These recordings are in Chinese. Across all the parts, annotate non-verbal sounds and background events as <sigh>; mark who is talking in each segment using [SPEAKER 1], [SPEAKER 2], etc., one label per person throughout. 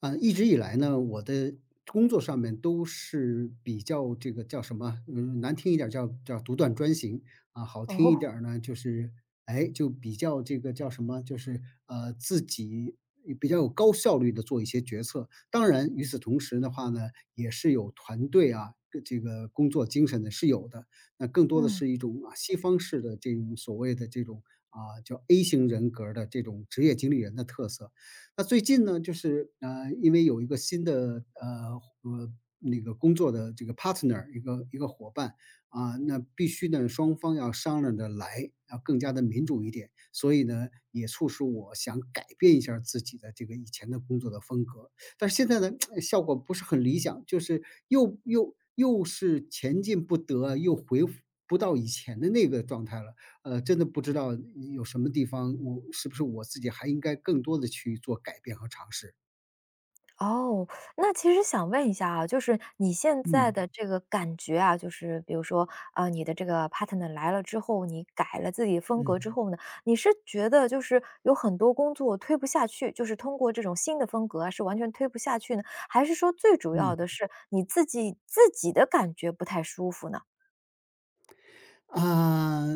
[SPEAKER 1] 一直以来呢，我的工作上面都是比较这个叫什么，难听一点儿叫独断专行，好听
[SPEAKER 2] 哦。
[SPEAKER 1] 一点儿呢，就是就比较这个叫什么，就是自己比较有高效率的做一些决策。当然，与此同时的话呢，也是有团队啊。跟这个工作精神的是有的，那更多的
[SPEAKER 2] 嗯，
[SPEAKER 1] 是一种啊西方式的这种所谓的这种叫 A 型人格儿的这种职业经理人的特色。那最近呢，就是因为有一个新的呃那个工作的这个 partner，一个伙伴啊，那必须呢双方要商量着来，要更加的民主一点。所以呢，也促使我想改变一下儿自己的这个以前的工作的风格，但是现在呢，<tsk> 效果不是很理想，就是又是前进不得，又回复不到以前的那个状态了。真的不知道有什么地方，我是不是我自己还应该更多的去做改变和尝试？
[SPEAKER 2] 哦，那其实想问一下啊，就是你现在
[SPEAKER 1] 嗯，
[SPEAKER 2] 的这个感觉啊，就是比如说，你的这个 partner 来了之后，你改了自己风格之
[SPEAKER 1] 嗯。
[SPEAKER 2] 后呢，你是觉得就是有很多工作推不下去，就是通过这种新的风格啊，是完全推不下去呢？还是说最主要
[SPEAKER 1] 嗯，
[SPEAKER 2] 的是你自己的感觉不太舒服呢？
[SPEAKER 1] 啊，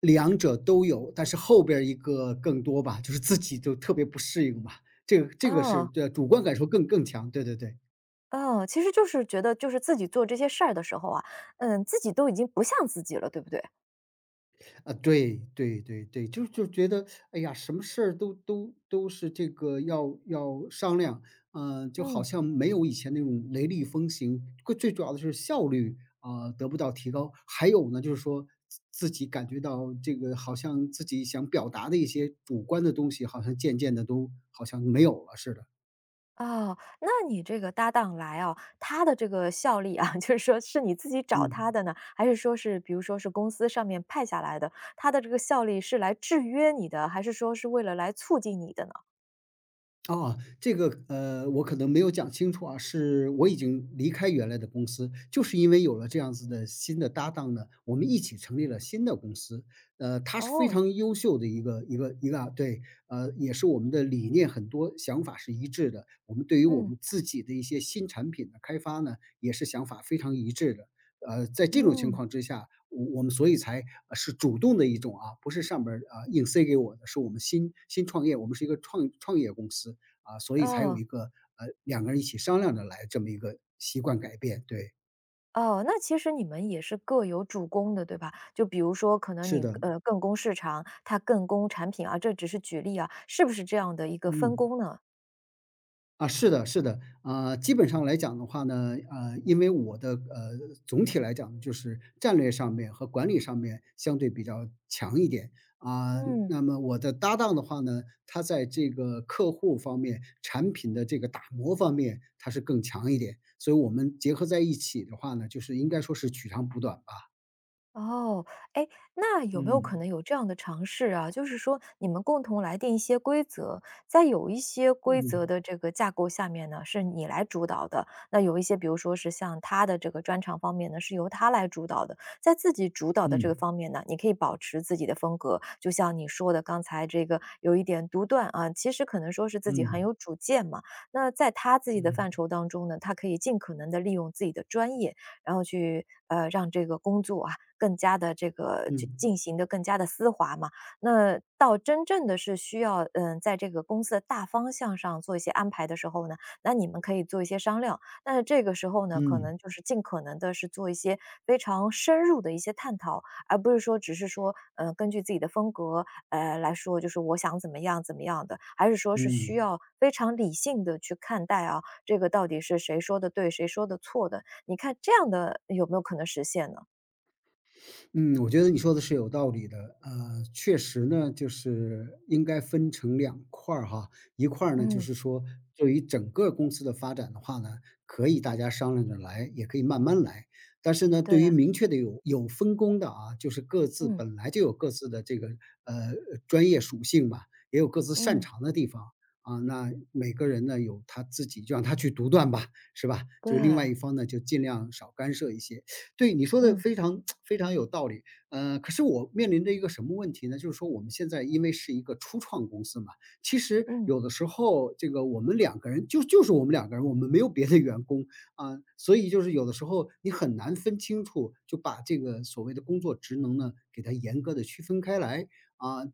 [SPEAKER 1] 两者都有，但是后边儿一个更多吧，就是自己就特别不适应吧，这个是
[SPEAKER 2] 哦。
[SPEAKER 1] 对，主观感受更强，对对对。
[SPEAKER 2] 哦，其实就是觉得就是自己做这些事儿的时候啊，嗯，自己都已经不像自己了，对不对？
[SPEAKER 1] 啊，对对对对，就觉得，哎呀，什么事儿都是这个要商量，嗯，就好
[SPEAKER 2] 嗯。
[SPEAKER 1] 像没有以前那种雷厉风行，最最主要的是效率啊，得不到提高，还有呢，就是说自己感觉到这个好像自己想表达的一些主观的东西，好像渐渐的都好像没有了似的，
[SPEAKER 2] 哦，那你这个搭档来哦，他的这个效力啊，<laughs> 就是说是你自己找
[SPEAKER 1] 嗯。
[SPEAKER 2] 他的呢，还是说是比如说是公司上面派下来的，他的这个效力是来制约你的，还是说是为了来促进你的呢？
[SPEAKER 1] 哦，这个，我可能没有讲清楚啊，是我已经离开原来的公司，就是因为有了这样子的新的搭档呢，我们一起成立了新的公司。他是非
[SPEAKER 2] 哦。
[SPEAKER 1] 常优秀的一个啊，对，呃，也是我们的理念很多想法是一致的，我们对于我
[SPEAKER 2] 嗯。
[SPEAKER 1] 们自己的一些新产品的开发呢，也是想法非常一致的。在这种情
[SPEAKER 2] 嗯。
[SPEAKER 1] 况之下，我们所以才是主动的一种啊，不是上边儿啊硬塞给我的，是我们新创业，我们是一个创业公司，啊，所以才有
[SPEAKER 2] 哦。
[SPEAKER 1] 一个两个人一起商量着来这么一个习惯改变。对，
[SPEAKER 2] 哦，那其实你们也是各有主攻的，对吧？就比如说可能
[SPEAKER 1] 是
[SPEAKER 2] 你，
[SPEAKER 1] 的，
[SPEAKER 2] 更攻市场，他更攻产品啊，这只是举例啊，是不是这样的一个分
[SPEAKER 1] 嗯，
[SPEAKER 2] 工呢？
[SPEAKER 1] 啊，是的，是的，啊、基本上来讲的话呢，因为我的总体来讲就是战略上面和管理上面相对比较强一点啊、
[SPEAKER 2] 嗯。
[SPEAKER 1] 那么我的搭档的话呢，他在这个客户方面、产品的这个打磨方面，他是更强一点，所以我们结合在一起的话呢，就是应该说是取长补短吧。
[SPEAKER 2] 哦。哎，那有没有可
[SPEAKER 1] 嗯
[SPEAKER 2] 能有这样的尝试啊，就是说你们共同来定一些规则，在有一些规
[SPEAKER 1] 嗯
[SPEAKER 2] 则的这个架构下面呢，是你来主导的，那有一些比如说是像他的这个专长方面呢，是由他来主导的。在自己主导的这个
[SPEAKER 1] 嗯。
[SPEAKER 2] 方面呢，你可以保持自己的风格，就像你说的刚才这个有一点独断啊，其实可能说是自己很
[SPEAKER 1] 嗯，
[SPEAKER 2] 有主见嘛。那在他自己的
[SPEAKER 1] 嗯，
[SPEAKER 2] 范畴当中呢，他可以尽可能的利用自己的专业，然后去，让这个工作啊更加的这个进
[SPEAKER 1] 嗯，
[SPEAKER 2] 进行的更加的丝滑嘛。那到真正的是需要，嗯，在这个公司的大方向上做一些安排的时候呢，那你们可以做一些商量。但是这个时候呢，可
[SPEAKER 1] 嗯，
[SPEAKER 2] 能就是尽可能的是做一些非常深入的一些探讨，而不是说只是说，根据自己的风格，来说就是我想怎么样怎么样的，还是说是需
[SPEAKER 1] 嗯。
[SPEAKER 2] 要非常理性的去看待啊，这个到底是谁说的对，谁说的错的，你看这样的有没有可能实现呢？
[SPEAKER 1] 嗯，我觉得你说的是有道理的。确实呢，就是应该分成两块儿哈，一块儿呢就
[SPEAKER 2] 嗯。
[SPEAKER 1] 是说，对于整个公司的发展的话呢，可以大家商量着来，也可以慢慢来。但是呢，对于
[SPEAKER 2] 对。
[SPEAKER 1] 明确的有分工的啊，就是各自
[SPEAKER 2] 嗯。
[SPEAKER 1] 本来就有各自的这个呃专业属性嘛，也有各自擅
[SPEAKER 2] 嗯。
[SPEAKER 1] 长的地方啊。那每个人呢有他自己，就让他去独断吧，是吧？就另外
[SPEAKER 2] 对。
[SPEAKER 1] 一方呢，就尽量少干涉一些。对，你说的
[SPEAKER 2] 嗯。
[SPEAKER 1] 非常非常有道理。可是我面临着一个什么问题呢？就是说我们现在因为是一个初创公司嘛，其实
[SPEAKER 2] 嗯。
[SPEAKER 1] 有的时候这个我们两个人就是我们两个人，我们没有别的员工啊，所以就是有的时候你很难分清楚，就把这个所谓的工作职能呢，给它严格的区分开来啊。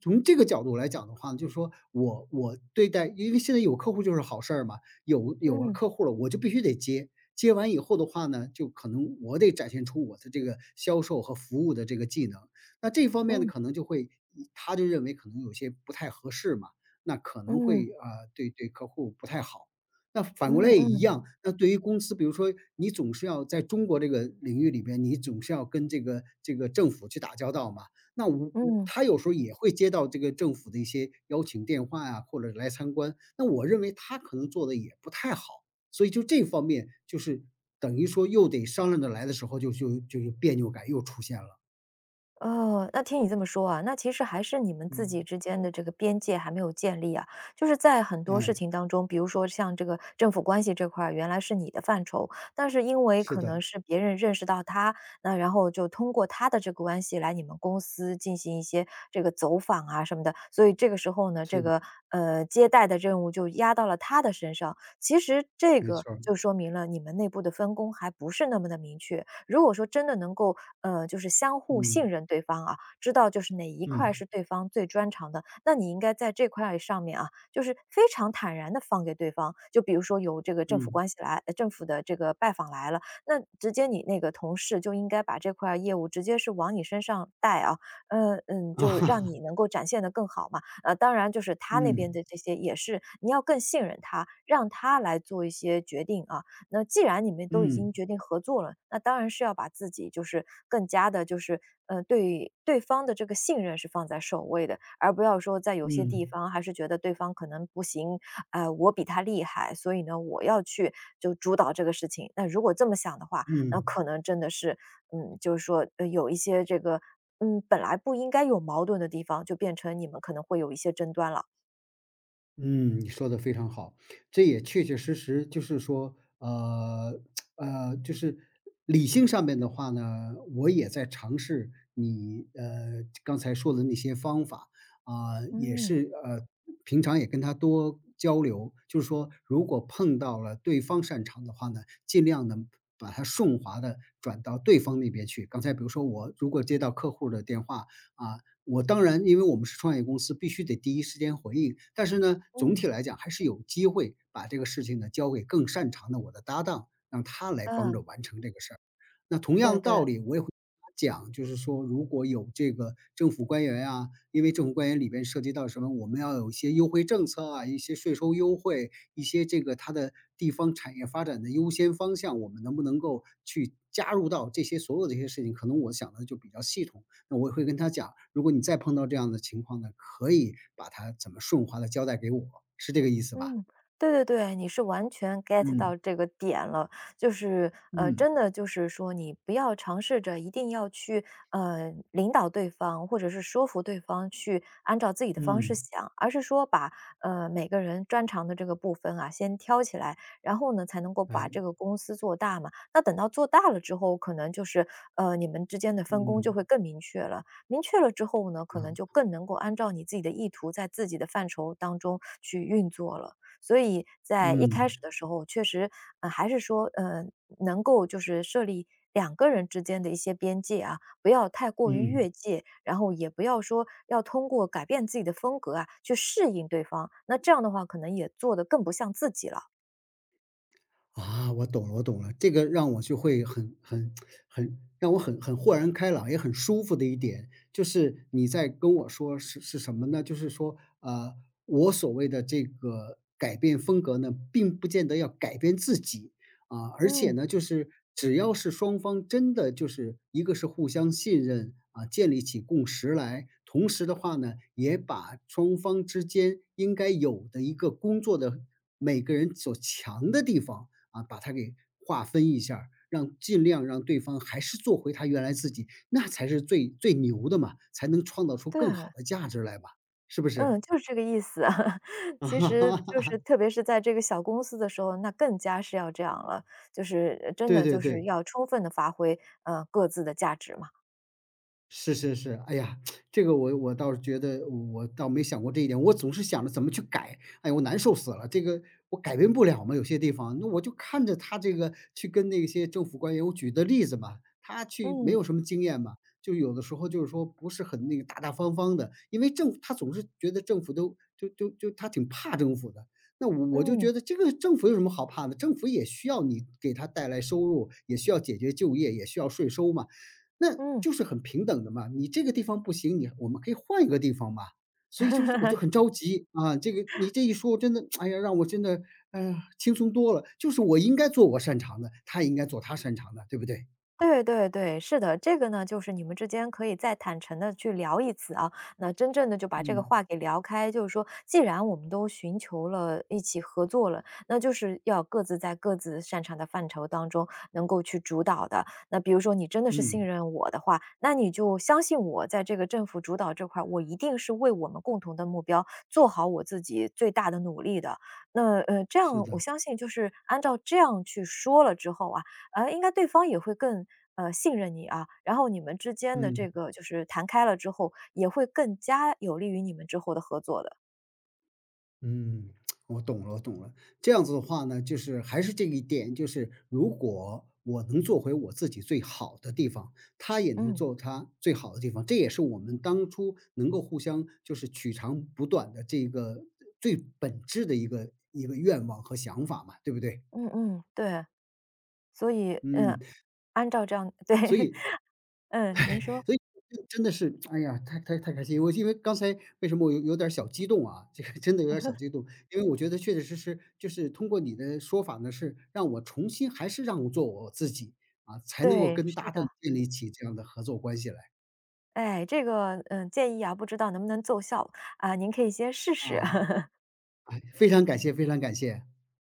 [SPEAKER 1] 从这个角度来讲的话呢就是说我对待，因为现在有客户就是好事儿嘛，有了
[SPEAKER 2] 嗯。
[SPEAKER 1] 客户了，我就必须得接接完以后的话呢，就可能我得展现出我的这个销售和服务的这个技能。那这方面呢，
[SPEAKER 2] 嗯。
[SPEAKER 1] 可能就会他就认为可能有些不太合适嘛，那可能
[SPEAKER 2] 嗯。
[SPEAKER 1] 会啊，对客户不太好。那反过
[SPEAKER 2] 嗯。
[SPEAKER 1] 来也
[SPEAKER 2] 嗯。
[SPEAKER 1] 一
[SPEAKER 2] 嗯。
[SPEAKER 1] 样，那对于公司，比如说你总是要在中国这个领域里边，你总是要跟这个政府去打交道嘛。那
[SPEAKER 2] 嗯。
[SPEAKER 1] 他有时候也会接到这个政府的一些邀请电话呀、或者来参观。那我认为他可能做的也不太好，所以就这方面，就是等于说又得商量着来的时候就，就有别扭感又出现了。
[SPEAKER 2] 哦，那听你这么说啊，那其实还是你们自
[SPEAKER 1] 嗯，
[SPEAKER 2] 己之间的这个边界还没有建立啊。就是在很多事
[SPEAKER 1] 哎，
[SPEAKER 2] 情当中，比如说像这个政府关系这块儿，原来是你的范畴，但是因为
[SPEAKER 1] 是
[SPEAKER 2] 可能
[SPEAKER 1] 的，
[SPEAKER 2] 是别人认识到他，那然后就通过他的这个关系来你们公司进行一些这个走访啊什么的，所以这个时候呢，这
[SPEAKER 1] 是的，
[SPEAKER 2] 个呃接待的任务就压到了他的身上。其实这
[SPEAKER 1] 没
[SPEAKER 2] 个
[SPEAKER 1] 错儿。
[SPEAKER 2] 就说明了你们内部的分工还不是那么的明确，如果说真的能够，就是相互信
[SPEAKER 1] 嗯
[SPEAKER 2] 任对方啊，知道就是哪一块
[SPEAKER 1] 嗯
[SPEAKER 2] 是对方最专长的，那你应该在这块上面啊，就是非常坦然的放给对方。就比如说有这个政府
[SPEAKER 1] 嗯，
[SPEAKER 2] 关系来政府的这个拜访来了，那直接你那个同事就应该把这块业务直接是往你身上带啊。
[SPEAKER 1] 啊，
[SPEAKER 2] 就让
[SPEAKER 1] <laughs>
[SPEAKER 2] 你能够展现的更好嘛。当然就是他那
[SPEAKER 1] 嗯
[SPEAKER 2] 边的这些也是你要更信任他，让他来做一些决定啊，那既然你们都已
[SPEAKER 1] 嗯
[SPEAKER 2] 经决定合作了，那当然是要把自己就是更加的，对对方的这个信任是放在首位的，而不要说在有些地
[SPEAKER 1] 嗯
[SPEAKER 2] 方还是觉得对方可能不行，我比他厉害，所以呢，我要去就主导这个事情。那如果这么想的话，那
[SPEAKER 1] 嗯。
[SPEAKER 2] 可能真的是，嗯，就是说有一些这个，嗯，本来不应该有矛盾的地方，就变成你们可能会有一些争端了。
[SPEAKER 1] 嗯，你说的非常好，这也确确实实就是说，<tsk> 就是理性上面的话呢，我也在尝试你刚才说的那些方法啊，也
[SPEAKER 2] 嗯。
[SPEAKER 1] 是平常也跟他多交流，就是说如果碰到了对方擅长的话呢，尽量的把它顺滑的转到对方那边去。刚才比如说我如果接到客户的电话啊，我当然因为我们是创业公司，必须得第一时间回应，但是呢，总体
[SPEAKER 2] 嗯。
[SPEAKER 1] 来讲还是有机会把这个事情呢交给更擅长的我的搭档，让他来帮
[SPEAKER 2] 嗯。
[SPEAKER 1] 着完成这个事儿。那同
[SPEAKER 2] 对
[SPEAKER 1] 样道
[SPEAKER 2] 对。
[SPEAKER 1] 理，我也会讲，就是说如果有这个政府官员啊，因为政府官员里边涉及到什么，我们要有一些优惠政策啊，一些税收优惠，一些这个它的地方产业发展的优先方向，我们能不能够去加入到这些所有这些事情？可能我想的就比较系统。那我会跟他讲，如果你再碰到这样的情况呢，可以把它怎么顺滑的交代给我，是这个意思吧？
[SPEAKER 2] 嗯。对，你是完全 get 到
[SPEAKER 1] 嗯，
[SPEAKER 2] 这个点了，就是，
[SPEAKER 1] 嗯。
[SPEAKER 2] 真的就是说，你不要尝试着一定要去，领导对方，或者是说服对方去按照自己的方式
[SPEAKER 1] 嗯，
[SPEAKER 2] 想，而是说把，每个人专长的这个部分啊，先挑起来，然后呢，才能够把
[SPEAKER 1] 哎，
[SPEAKER 2] 这个公司做大嘛。那等到做大了之后，可能就是，你们之间的分工就
[SPEAKER 1] 嗯，
[SPEAKER 2] 会更明确了。明确了之后呢，可能就
[SPEAKER 1] 啊，
[SPEAKER 2] 更能够按照你自己的意图，在自己的范畴当中去运作了。所以在一开
[SPEAKER 1] 嗯，
[SPEAKER 2] 始的时候，确实，还是说，能够就是设立两个人之间的一些边界啊，不要太过于
[SPEAKER 1] 嗯。
[SPEAKER 2] 越界，然后也不要说要通过改变自己的风格啊，去适应对方。那这样的话，可能也做得更不像自己了。
[SPEAKER 1] 啊，我懂了，我懂了，这个让我就会很让我很豁然开朗，也很舒服的一点，就是你在跟我说是什么呢？就是说，我所谓的这个改变风格呢，并不见得要改变自己啊，而且
[SPEAKER 2] 嗯。
[SPEAKER 1] 呢，就是只要是双方真的就是一个是互相信任啊，建立起共识来，同时的话呢，也把双方之间应该有的一个工作的每个人所强的地方。啊，把它给划分一下儿让尽量让对方还是做回他原来自己，那才是最最牛的嘛，才能创造出
[SPEAKER 2] 对。
[SPEAKER 1] 更好的价值来嘛，是不是？
[SPEAKER 2] 嗯，就是这个意思。<laughs> 其实就是
[SPEAKER 1] <laughs>
[SPEAKER 2] 特别是在这个小公司的时候，那更加是要这样了，就是真
[SPEAKER 1] 对
[SPEAKER 2] 的
[SPEAKER 1] 对
[SPEAKER 2] 就是
[SPEAKER 1] 对。
[SPEAKER 2] 要充分的发挥，各自的价值嘛。
[SPEAKER 1] 是是是，哎呀，这个我倒是觉得我倒没想过这一点，我总是想着怎么去改，哎呀，我难受死了，这个我改变不了嘛，有些地方，那我就看着他这个去跟那些政府官员，我举的例子嘛，他去没
[SPEAKER 2] 嗯。
[SPEAKER 1] 有什么经验嘛，就有的时候就是说不是很那个大大方方的，因为政府他总是觉得政府都就他挺怕政府的。那我就
[SPEAKER 2] 嗯。
[SPEAKER 1] 觉得这个政府有什么好怕的？政府也需要你给他带来收入，也需要解决就业，也需要税收嘛。那
[SPEAKER 2] 嗯。
[SPEAKER 1] 就是很平等的嘛，你这个地方不行，你我们可以换一个地方嘛。所以就是我就很着急，啊，这个你这一说，我真的，哎呀，让我真的，哎呀，轻松多了。就是我应该做我擅长的，他应该做他擅长的，对不对？
[SPEAKER 2] 对，是的，这个呢，就是你们之间可以再坦诚的去聊一次啊，那真正的就把这个
[SPEAKER 1] 嗯，
[SPEAKER 2] 话给聊开，就是说既然我们都寻求了一起合作了，那就是要各自在各自擅长的范畴当中能够去主导的。那比如说你真的是信
[SPEAKER 1] 嗯，
[SPEAKER 2] 任我的话，那你就相信我在这个政府主导这块儿，我一定是为我们共同的目标做好我自己最大的努力的。那，这
[SPEAKER 1] 是
[SPEAKER 2] 样我
[SPEAKER 1] 的，
[SPEAKER 2] 相信就是按照这样去说了之后啊，应该对方也会更，信任你啊，然后你们之间的
[SPEAKER 1] 嗯。
[SPEAKER 2] 这个就是谈开了之后，也会更加有利于你们之后的合作的。
[SPEAKER 1] 嗯，我懂了，我懂了。这样子的话呢，就是还是这一点，就是如果我能做回我自己最好的地方，他也能
[SPEAKER 2] 嗯。
[SPEAKER 1] 做他最好的地方，这也是我们当初能够互相就是取长补短的这个最本质的一个愿望和想法嘛，对不对？
[SPEAKER 2] 嗯，对。所以，嗯，
[SPEAKER 1] 嗯。
[SPEAKER 2] 按照这样 <laughs> 对。嗯，您说。
[SPEAKER 1] 所以真的是，哎呀，太开心！我因为刚才为什么我有点儿小激动啊？这个真的有点儿小激动，因为我觉得确确实实就是通过你的说法呢，是让我重新还是让我做我自己啊，才能够
[SPEAKER 2] 对，
[SPEAKER 1] 跟
[SPEAKER 2] 是
[SPEAKER 1] 搭档
[SPEAKER 2] 的。
[SPEAKER 1] 建立起这样的合作关系来
[SPEAKER 2] 哎，这个，嗯，建议啊，不知道能不能奏效，啊，您可以先试试。
[SPEAKER 1] 啊！哎，非常感谢，非常感谢。